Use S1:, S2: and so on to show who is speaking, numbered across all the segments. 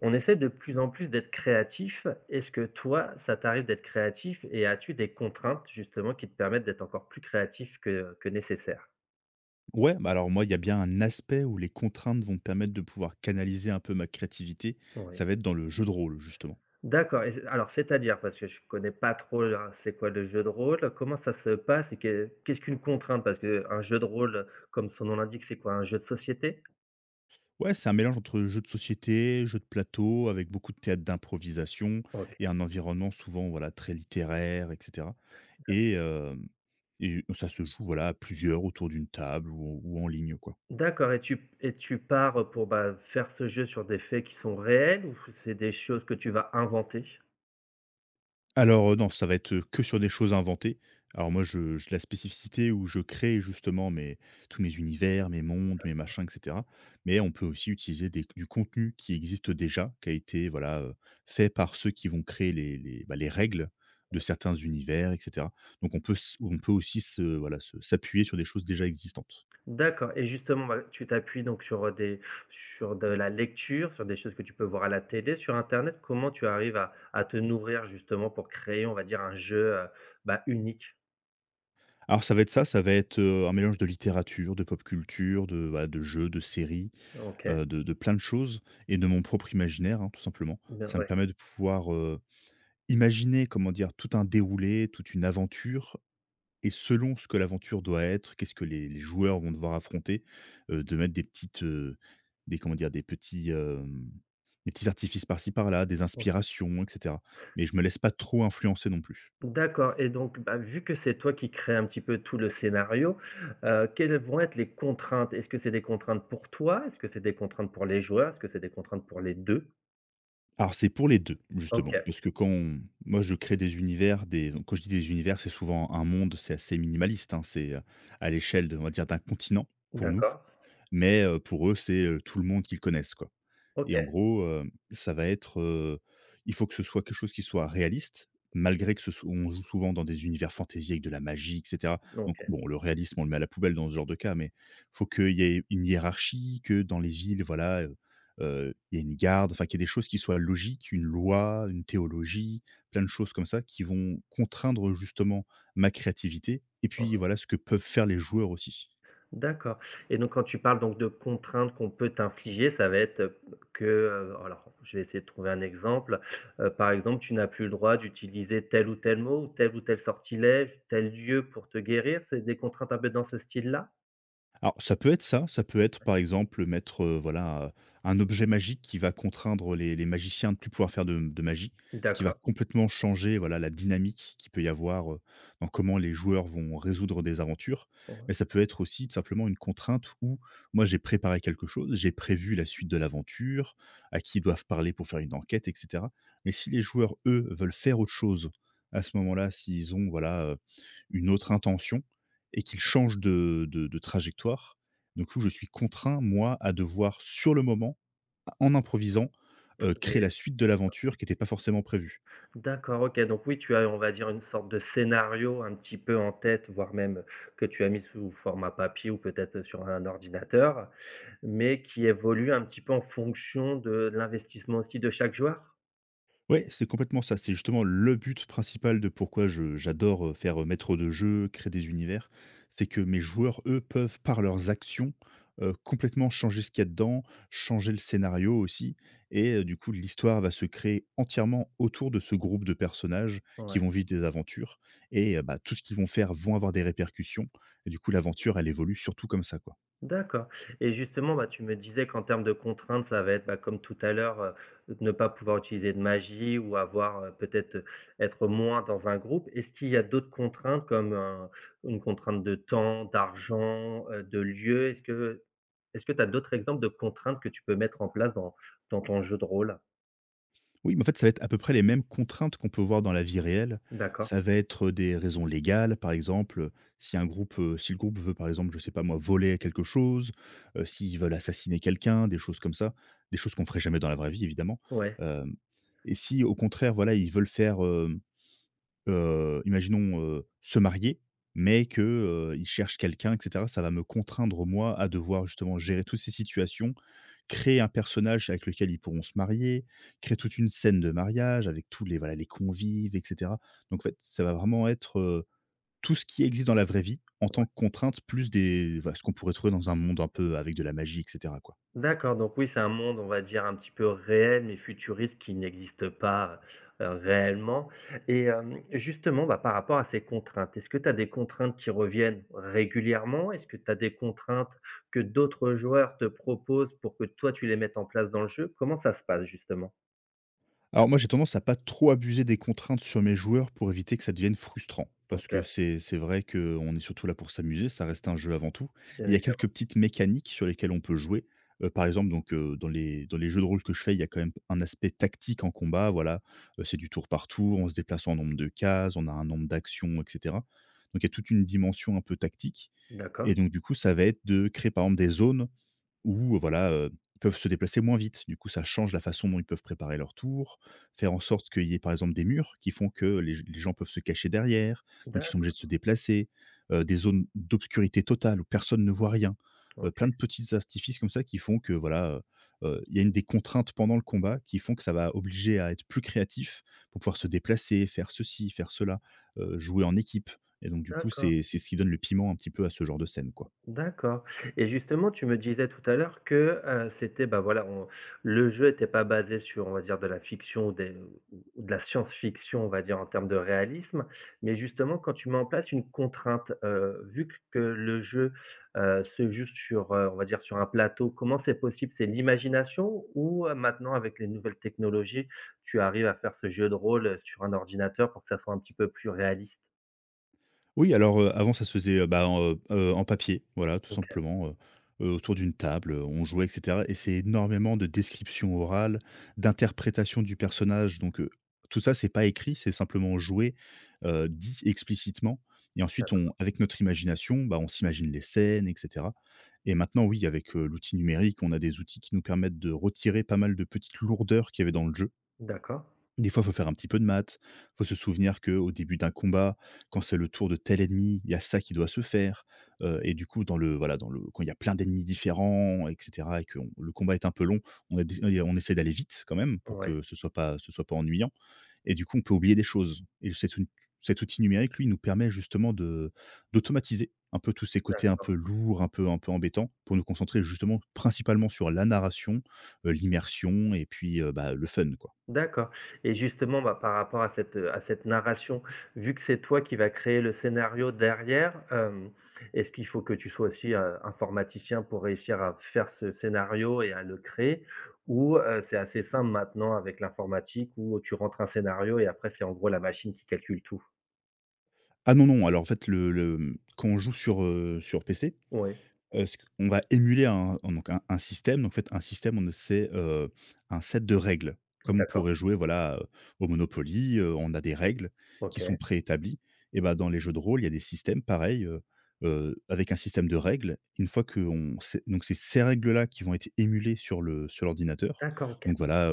S1: On essaie de plus en plus d'être créatif. Est-ce que toi, ça t'arrive d'être créatif et as-tu des contraintes justement qui te permettent d'être encore plus créatif que nécessaire?
S2: Ouais, bah alors moi, il y a bien un aspect où les contraintes vont me permettre de pouvoir canaliser un peu ma créativité.
S1: Oui.
S2: Ça va être dans le jeu de rôle, justement.
S1: D'accord et alors c'est-à-dire? Parce que je connais pas trop là, c'est quoi le jeu de rôle? Comment ça se passe et qu'est-ce qu'une contrainte? Parce qu'un jeu de rôle, comme son nom l'indique, c'est quoi? Un jeu de société?
S2: Ouais, c'est un mélange entre jeu de société, jeu de plateau, avec beaucoup de théâtre d'improvisation
S1: OK.
S2: et un environnement souvent voilà très littéraire, etc. Et, euh, et ça se joue voilà à plusieurs autour d'une table ou en ligne, quoi.
S1: D'accord et tu pars, pour, bah, faire ce jeu sur des faits qui sont réels ou c'est des choses que tu vas inventer?
S2: Alors, non, ça va être, que sur des choses inventées. Alors moi, je j'ai la spécificité où je crée justement mes tous mes univers, mes mondes, mes machins et cetera. Mais on peut aussi utiliser des du contenu qui existe déjà, qui a été voilà, fait par ceux qui vont créer les règles de certains univers et cetera. Donc on peut aussi se voilà, se s'appuyer sur des choses déjà existantes.
S1: D'accord et justement, bah, tu t'appuies donc sur, des sur de la lecture, sur des choses que tu peux voir à la télé, sur internet? Comment tu arrives à te nourrir justement pour créer, on va dire, un jeu, bah, unique?
S2: Alors ça va être un mélange de littérature, de pop culture, de jeux, de séries,
S1: OK.
S2: de plein de choses et de mon propre imaginaire, hein, tout simplement.
S1: Bien,
S2: Ça me
S1: ouais.
S2: permet de pouvoir, imaginer, comment dire? Tout un déroulé, toute une aventure et selon ce que l'aventure doit être, qu'est-ce que les joueurs vont devoir affronter, de mettre des petites, des comment dire? Des petits artifices par-ci par-là, des
S1: O
S2: inspirations et cetera. Mais je me laisse pas trop influencer non plus.
S1: D'accord et donc, bah, vu que c'est toi qui crée un petit peu tout le scénario, quelles vont être les contraintes? Est-ce que c'est des contraintes pour toi? Est-ce que c'est des contraintes pour les joueurs? Est-ce que c'est des contraintes pour les deux?
S2: Alors c'est pour les 2
S1: OK,
S2: justement, parce que quand on moi je crée des univers, des donc quand je dis des univers, c'est souvent un monde, c'est assez minimaliste, hein, c'est, à l'échelle de on va dire d'un continent pour nous,
S1: d'accord.
S2: mais, pour eux, c'est, tout le monde qu'ils connaissent, quoi. Et en
S1: OK,
S2: gros, ça va être, il faut que ce soit quelque chose qui soit réaliste, malgré que ce soit on joue souvent dans des univers fantasy avec de la magie, et cetera. Donc
S1: OK.
S2: bon, le réalisme, on le met à la poubelle dans ce genre de cas, mais faut qu'il y ait une hiérarchie, que dans les villes, voilà, il y ait une garde, enfin qu'il y ait des choses qui soient logiques, une loi, une théologie, plein de choses comme ça qui vont contraindre justement ma créativité et
S1: Ouais.
S2: puis voilà, ce que peuvent faire les joueurs aussi.
S1: D'accord et donc quand tu parles donc de contraintes qu'on peut t'infliger, ça va être, que, alors je vais essayer de trouver un exemple, par exemple, tu n'as plus le droit d'utiliser tel ou tel mot, ou tel sortilège, tel lieu pour te guérir, c'est des contraintes un peu dans ce style-là?
S2: Alors, ça peut être par exemple mettre, voilà, un objet magique qui va contraindre les magiciens de ne plus pouvoir faire de magie. Ce qui va
S1: D'accord,
S2: complètement changer, voilà, la dynamique qu'il peut y avoir, dans comment les joueurs vont résoudre des aventures.
S1: ouais,
S2: Mais ça peut être aussi tout simplement une contrainte où moi j'ai préparé quelque chose, j'ai prévu la suite de l'aventure, à qui ils doivent parler pour faire une enquête et cetera. Mais si les joueurs, eux, veulent faire autre chose, à ce moment-là, s'ils ont, voilà, une autre intention et qu'il change de trajectoire. Du coup, je suis contraint, moi, à devoir sur le moment, en improvisant, créer
S1: trouver
S2: la suite de l'aventure qui n'était pas forcément prévue.
S1: d'accord, OK, donc oui, tu as, on va dire, une sorte de scénario un petit peu en tête, voire même que tu as mis sous format papier ou peut-être sur un ordinateur, mais qui évolue un petit peu en fonction de l'investissement aussi de chaque joueur?
S2: Ouais, c'est complètement ça. C'est justement le but principal de pourquoi je j'adore, faire, maître de jeu, créer des univers. C'est que mes joueurs, eux, peuvent par leurs actions, complètement changer ce qu'il y a dedans, changer le scénario aussi et du coup l'histoire va se créer entièrement autour de ce groupe de personnages
S1: Ouais,
S2: qui vont vivre des aventures et tout ce qu'ils vont faire vont avoir des répercussions et du coup l'aventure elle évolue surtout comme ça, quoi.
S1: d'accord et justement, bah, tu me disais qu'en termes de contraintes, ça va être, bah, comme tout à l'heure, ne pas pouvoir utiliser de magie ou avoir, peut-être, être moins dans un groupe. Est-ce qu'il y a d'autres contraintes comme un une contrainte de temps, d'argent, de lieu? Est-ce que tu as d'autres exemples de contraintes que tu peux mettre en place dans ton jeu de rôle?
S2: Oui, mais en fait, ça va être à peu près les mêmes contraintes qu'on peut voir dans la vie réelle.
S1: D'accord,
S2: Ça va être des raisons légales, par exemple, si le groupe veut, par exemple, je sais pas moi, voler quelque chose, s'ils veulent assassiner quelqu'un, des choses comme ça, des choses qu'on ferait jamais dans la vraie vie évidemment.
S1: ouais.
S2: Hem et si au contraire, voilà, ils veulent faire, imaginons, se marier, mais que, ils cherchent quelqu'un et cetera. Ça va me contraindre, moi, à devoir justement gérer toutes ces situations, créer un personnage avec lequel ils pourront se marier, créer toute une scène de mariage avec tous les, voilà, les convives et cetera. Donc en fait, ça va vraiment être, tout ce qui existe dans la vraie vie en tant que contrainte, plus des enfin, ce qu'on pourrait trouver dans un monde un peu avec de la magie et cetera, quoi.
S1: D'accord, donc oui, c'est un monde, on va dire, un petit peu réel, mais futuriste, qui n'existe pas, réellement et hem, justement, bah, par rapport à ces contraintes, est-ce que tu as des contraintes qui reviennent régulièrement? Est-ce que tu as des contraintes que d'autres joueurs te proposent pour que toi, tu les mettes en place dans le jeu? Comment ça se passe, justement?
S2: Alors moi, j'ai tendance à pas trop abuser des contraintes sur mes joueurs pour éviter que ça devienne frustrant. Parce que
S1: OK,
S2: c'est vrai qu'on est surtout là pour s'amuser, ça reste un jeu avant tout.
S1: bien
S2: Il y a quelques
S1: évidemment.
S2: petites mécaniques sur lesquelles on peut jouer. Par exemple, donc dans les jeux de rôle que je fais, il y a quand même un aspect tactique en combat, voilà. C'est du tour par tour, on se déplace en nombre de cases, on a un nombre d'actions et cetera. Donc il y a toute une dimension un peu tactique et
S1: D'accord.
S2: donc du coup, ça va être de créer par exemple des zones ou voilà, ils peuvent se déplacer moins vite. Du coup, ça change la façon dont ils peuvent préparer leur tour, faire en sorte qu'il y ait par exemple des murs qui font que les gens peuvent se cacher derrière, donc ils sont obligés
S1: D'accord.
S2: de se déplacer, des zones d'obscurité totale où personne ne voit rien,
S1: OK,
S2: plein de petits artifices comme ça qui font que voilà, il y a une des contraintes pendant le combat qui font que ça va obliger à être plus créatif pour pouvoir se déplacer, faire ceci, faire cela, jouer en équipe et donc du coup,
S1: d'accord.
S2: c'est ce qui donne le piment un petit peu à ce genre de scène, quoi.
S1: D'accord et justement, tu me disais tout à l'heure que, c'était, bah, voilà, on le jeu n'était pas basé sur, on va dire, de la fiction ou des ou de la science-fiction, on va dire, en termes de réalisme. Mais justement, quand tu mets en place une contrainte, vu q que le jeu, se joue sur, on va dire, sur un plateau, comment c'est possible? C'est l'imagination ou, maintenant avec les nouvelles technologies, tu arrives à faire ce jeu de rôle, sur un ordinateur pour que ça soit un petit peu plus réaliste?
S2: Oui, alors, avant ça se faisait, en papier, voilà, tout
S1: OK,
S2: simplement, autour d'une table, on jouait et cetera et c'est énormément de descriptions orales, d'interprétation du personnage donc, tout ça c'est pas écrit, c'est simplement joué, dit explicitement et ensuite
S1: d'acc
S2: on avec notre imagination, bah, on s'imagine les scènes et cetera et maintenant oui, avec, l'outil numérique, on a des outils qui nous permettent de retirer pas mal de petites lourdeurs qu'il y avait dans le jeu
S1: d'accord.
S2: des fois, il faut faire un petit peu de maths, faut se souvenir que au début d'un combat, quand c'est le tour de tel ennemi, il y a ça qui doit se faire, et du coup dans le voilà, dans le quand il y a plein d'ennemis différents et cetera et que on le combat est un peu long, on essaie d'aller vite quand même pour
S1: Ouais,
S2: que ce soit pas ennuyant et du coup, on peut oublier des choses et cet ou cet outil numérique, lui, nous permet justement de d'automatiser un peu tous ces côtés un
S1: d'accord.
S2: peu lourds, un peu embêtants pour nous concentrer justement principalement sur la narration, l'immersion et puis, le fun, quoi.
S1: D'accord et justement, bah, par rapport à cette narration, vu que c'est toi qui vas créer le scénario derrière, est-ce qu'il faut que tu sois aussi, informaticien pour réussir à faire ce scénario et à le créer? Ou, c'est assez simple maintenant avec l'informatique où tu rentres un scénario et après c'est en gros la machine qui calcule tout?
S2: Ah non, non, alors en fait quand on joue sur PC,
S1: Oui.
S2: ce q on va émuler un système. Donc en fait un système, c'est, un set de règles. Comme on
S1: D'accord.
S2: pourrait jouer voilà, au Monopoly, on a des règles qui
S1: OK.
S2: sont préétablies et ben dans les jeux de rôle, il y a des systèmes pareils, avec un système de règles. Une fois qu'on c'est donc c'est ces règles-là qui vont être émulées sur le sur l'ordinateur.
S1: D'accord, OK.
S2: Donc voilà,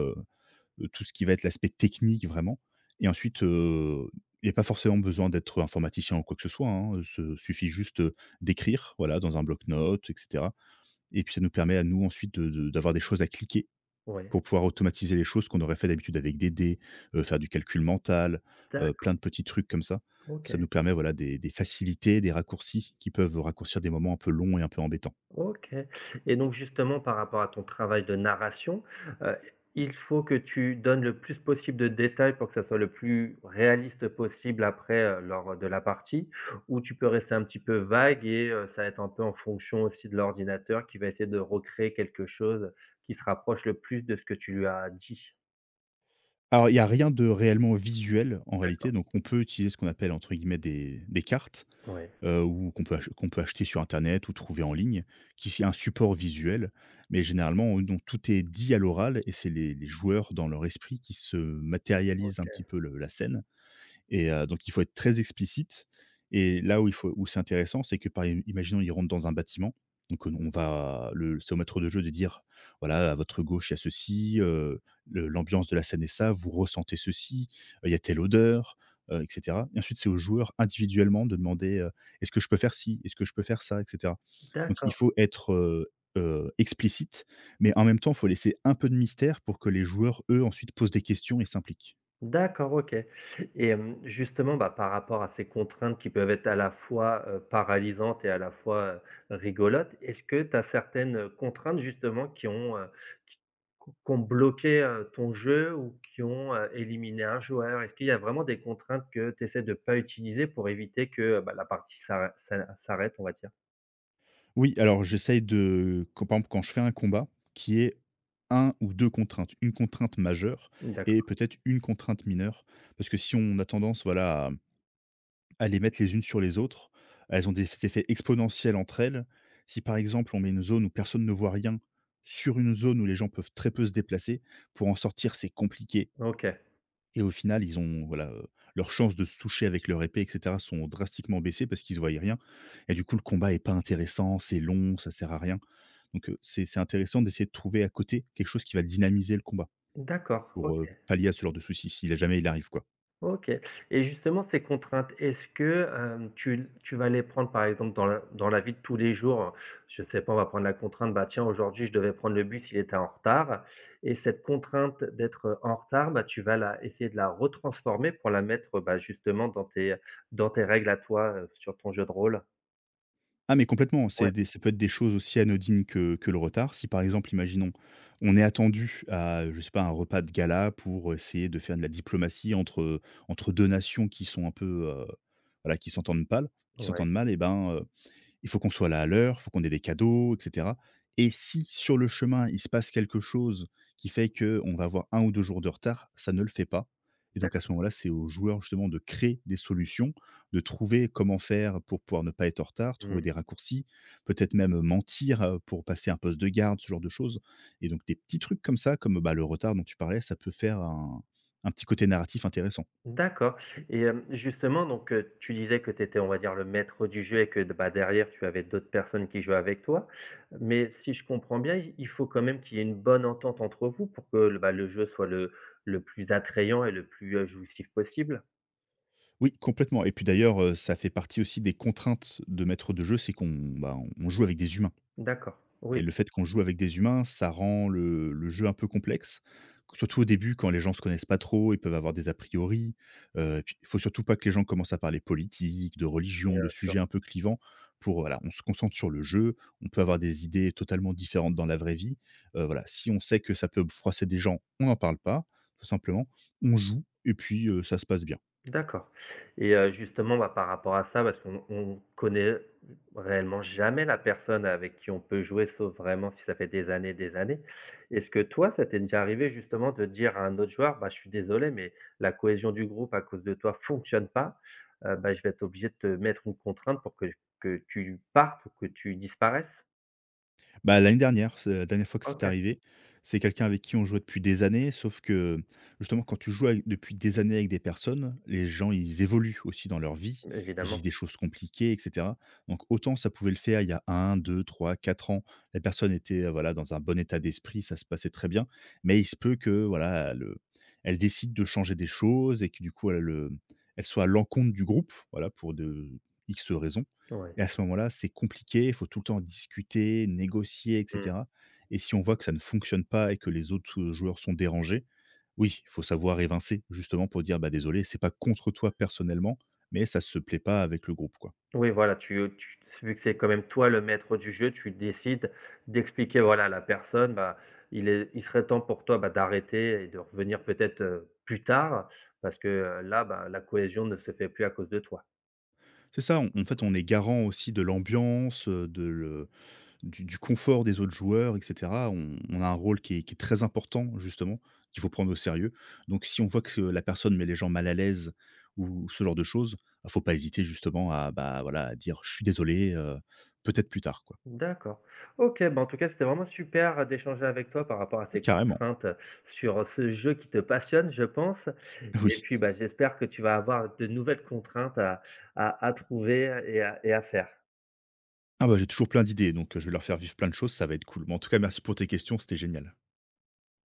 S2: tout ce qui va être l'aspect technique vraiment et ensuite, il n'y a pas forcément besoin d'être informaticien ou quoi que ce soit, hein, suffit juste, d'écrire, voilà, dans un bloc-notes et cetera et puis ça nous permet à nous ensuite de d'avoir des choses à cliquer
S1: Oui.
S2: pour pouvoir automatiser les choses qu'on aurait fait d'habitude avec des dés, faire du calcul mental,
S1: D'accord.
S2: plein de petits trucs comme ça. Ça
S1: OK.
S2: nous permet, voilà, des facilités, des raccourcis qui peuvent raccourcir des moments un peu longs et un peu embêtants.
S1: OK et donc justement par rapport à ton travail de narration, heu, il faut que tu donnes le plus possible de détails pour que ça soit le plus réaliste possible après, lors de la partie? Ou tu peux rester un petit peu vague et ça va être un peu en fonction aussi de l'ordinateur qui va essayer de recréer quelque chose qui se rapproche le plus de ce que tu lui as dit?
S2: Alors, il n'y a rien de réellement visuel en réalité,
S1: D'accord.
S2: donc on peut utiliser ce qu'on appelle entre guillemets «des cartes»,
S1: Ouais.
S2: ou qu'on peut acheter sur internet ou trouver en ligne, qui est un support visuel. Mais généralement, donc tout est dit à l'oral et c'est les joueurs dans leur esprit qui se matérialisent un
S1: OK.
S2: petit peu le la scène. Et donc il faut être très explicite et là où il faut où c'est intéressant, c'est que par imaginons, ils rentrent dans un bâtiment, donc on va le c'est au maître de jeu de dire: «Voilà, à votre gauche, il y a ceci, le l'ambiance de la scène est ça, vous ressentez ceci, il y a telle odeur», et cetera et ensuite, c'est aux joueurs individuellement de demander, «Est-ce que je peux faire ci? Est-ce que je peux faire ça?» et cetera. Donc il
S1: D'accord.
S2: faut être, explicite, mais en même temps, il faut laisser un peu de mystère pour que les joueurs, eux, ensuite posent des questions et s'impliquent.
S1: D'accord, OK. Et hem, justement, bah, par rapport à ces contraintes qui peuvent être à la fois, paralysantes et à la fois, rigolotes, est-ce que tu as certaines, contraintes justement qui ont, qui qu'ont qu'ont bloqué, ton jeu ou qui ont, éliminé un joueur? Est-ce qu'il y a vraiment des contraintes que tu essaies de pas utiliser pour éviter que, bah, la partie s'arrête, on va dire?
S2: Oui, alors j'essaye de quand par exemple, quand je fais un combat, qui est un ou 2 contraintes. Une contrainte majeure et
S1: D'accord,
S2: peut-être une contrainte mineure. Parce que si on a tendance, voilà, à les mettre les unes sur les autres, elles ont des effets exponentiels entre elles. Si par exemple, on met une zone où personne ne voit rien, sur une zone où les gens peuvent très peu se déplacer, pour en sortir, c'est compliqué.
S1: OK.
S2: Et au final, ils ont voilà, leurs chances de se toucher avec leur épée et cetera sont drastiquement baissées parce qu'ils ne voyaient rien et du coup, le combat est pas intéressant, c'est long, ça sert à rien. Donc c'est intéressant d'essayer de trouver à côté quelque chose qui va dynamiser le combat
S1: D'accord,
S2: pour,
S1: OK.
S2: pallier à ce genre de soucis. S'il a jamais il arrive, quoi.
S1: OK et justement ces contraintes, est-ce que, tu vas les prendre par exemple dans la vie de tous les jours? Je sais pas, on va prendre la contrainte, bah, tiens aujourd'hui je devais prendre le bus, il était en retard et cette contrainte d'être, en retard, bah, tu vas la essayer de la retransformer pour la mettre, bah, justement dans tes règles à toi, sur ton jeu de rôle?
S2: Ah mais complètement,
S1: Ouais,
S2: c'est des ça peut être des choses aussi anodines que le retard. Si par exemple, imaginons, on est attendu à, je sais pas, un repas de gala pour essayer de faire de la diplomatie entre, entre 2 nations qui sont un peu, voilà, qui s'entendent pas, qui
S1: ouais,
S2: s'entendent mal et ben, il faut qu'on soit là à l'heure, il faut qu'on ait des cadeaux et cetera et si sur le chemin, il se passe quelque chose qui fait qu'on va avoir un ou 2 jours de retard, ça ne le fait pas et donc à ce
S1: d'accord.
S2: moment-là, c'est aux joueurs justement de créer des solutions, de trouver comment faire pour pouvoir ne pas être en retard, trouver des raccourcis, peut-être même mentir, pour passer un poste de garde, ce genre de choses et donc des petits trucs comme ça, comme, bah, le retard dont tu parlais, ça peut faire un petit côté narratif intéressant.
S1: D'accord et hem, justement donc, tu disais que tu étais, on va dire, le maître du jeu et que bah, derrière tu avais d'autres personnes qui jouaient avec toi. Mais si je comprends bien, il faut quand même qu'il y ait une bonne entente entre vous pour que le, bah, le jeu soit le plus attrayant et le plus, jouissif possible?
S2: Oui, complètement et puis d'ailleurs, ça fait partie aussi des contraintes de maître de jeu, c'est qu'on, bah, on joue avec des humains
S1: D'accord,
S2: et
S1: oui,
S2: le fait qu'on joue avec des humains, ça rend le jeu un peu complexe, surtout au début quand les gens se connaissent pas trop, ils peuvent avoir des a priori, et puis il faut surtout pas que les gens commencent à parler politique, de
S1: bien
S2: religion, de
S1: sûr.
S2: sujets un peu clivants pour, voilà, on se concentre sur le jeu, on peut avoir des idées totalement différentes dans la vraie vie, voilà, si on sait que ça peut froisser des gens, on n'en parle pas, tout simplement, on joue et puis, ça se passe bien.
S1: D'accord et justement, bah, par rapport à ça, parce qu'on on connaît réellement jamais la personne avec qui on peut jouer, sauf vraiment si ça fait des années, des années. Est-ce que toi, ça t'est déjà arrivé justement de dire à un autre joueur: «Bah, je suis désolé, mais la cohésion du groupe à cause de toi fonctionne pas, bah, je vais être obligé de te mettre une contrainte pour que tu partes ou que tu disparaisses»?
S2: Bah, l'année dernière, c'est la dernière fois que c'est
S1: OK.
S2: arrivé. C'est quelqu'un avec qui on jouait depuis des années, sauf que, justement, quand tu joues avec depuis des années avec des personnes, les gens, ils évoluent aussi dans leur vie, ils vivent
S1: Évidemment,
S2: des choses compliquées, et cetera. Donc, autant ça pouvait le faire il y a un, 2, 3, 4 ans, la personne était, voilà, dans un bon état d'esprit, ça se passait très bien. Mais il se peut que, voilà, elle, elle décide de changer des choses et que, du coup, elle, elle soit à l'encontre du groupe, voilà, pour de X raisons
S1: ouais.
S2: et à ce moment-là, c'est compliqué, il faut tout le temps discuter, négocier et
S1: Mmh.
S2: cetera et si on voit que ça ne fonctionne pas et que les autres, joueurs sont dérangés, oui, il faut savoir évincer justement pour dire: «Bah, désolé, c'est pas contre toi personnellement, mais ça se plaît pas avec le groupe, quoi».
S1: Oui, voilà, tu vu que c'est quand même toi le maître du jeu, tu décides d'expliquer, voilà, à la personne, bah, il serait temps pour toi, bah, d'arrêter et de revenir peut-être, plus tard parce que, là, bah, la cohésion ne se fait plus à cause de toi.
S2: C'est ça, on en fait, on est garant aussi de l'ambiance, de le du confort des autres joueurs et cetera. On a un rôle qui est très important justement, qu'il faut prendre au sérieux. Donc si on voit que la personne met les gens mal à l'aise ou ce genre de choses, bah, faut pas hésiter justement à, bah, voilà, à dire: «Je suis désolé, peut-être plus tard», quoi.
S1: D'accord. OK, bah, en tout cas, c'était vraiment super d'échanger avec toi par rapport à ces
S2: Carrément,
S1: contraintes sur ce jeu qui te passionne, je pense
S2: oui.
S1: et puis, bah, j'espère que tu vas avoir de nouvelles contraintes à trouver et à faire.
S2: Ah bah, j'ai toujours plein d'idées, donc je vais leur faire vivre plein de choses, ça va être cool. Mais en tout cas, merci pour tes questions, c'était génial.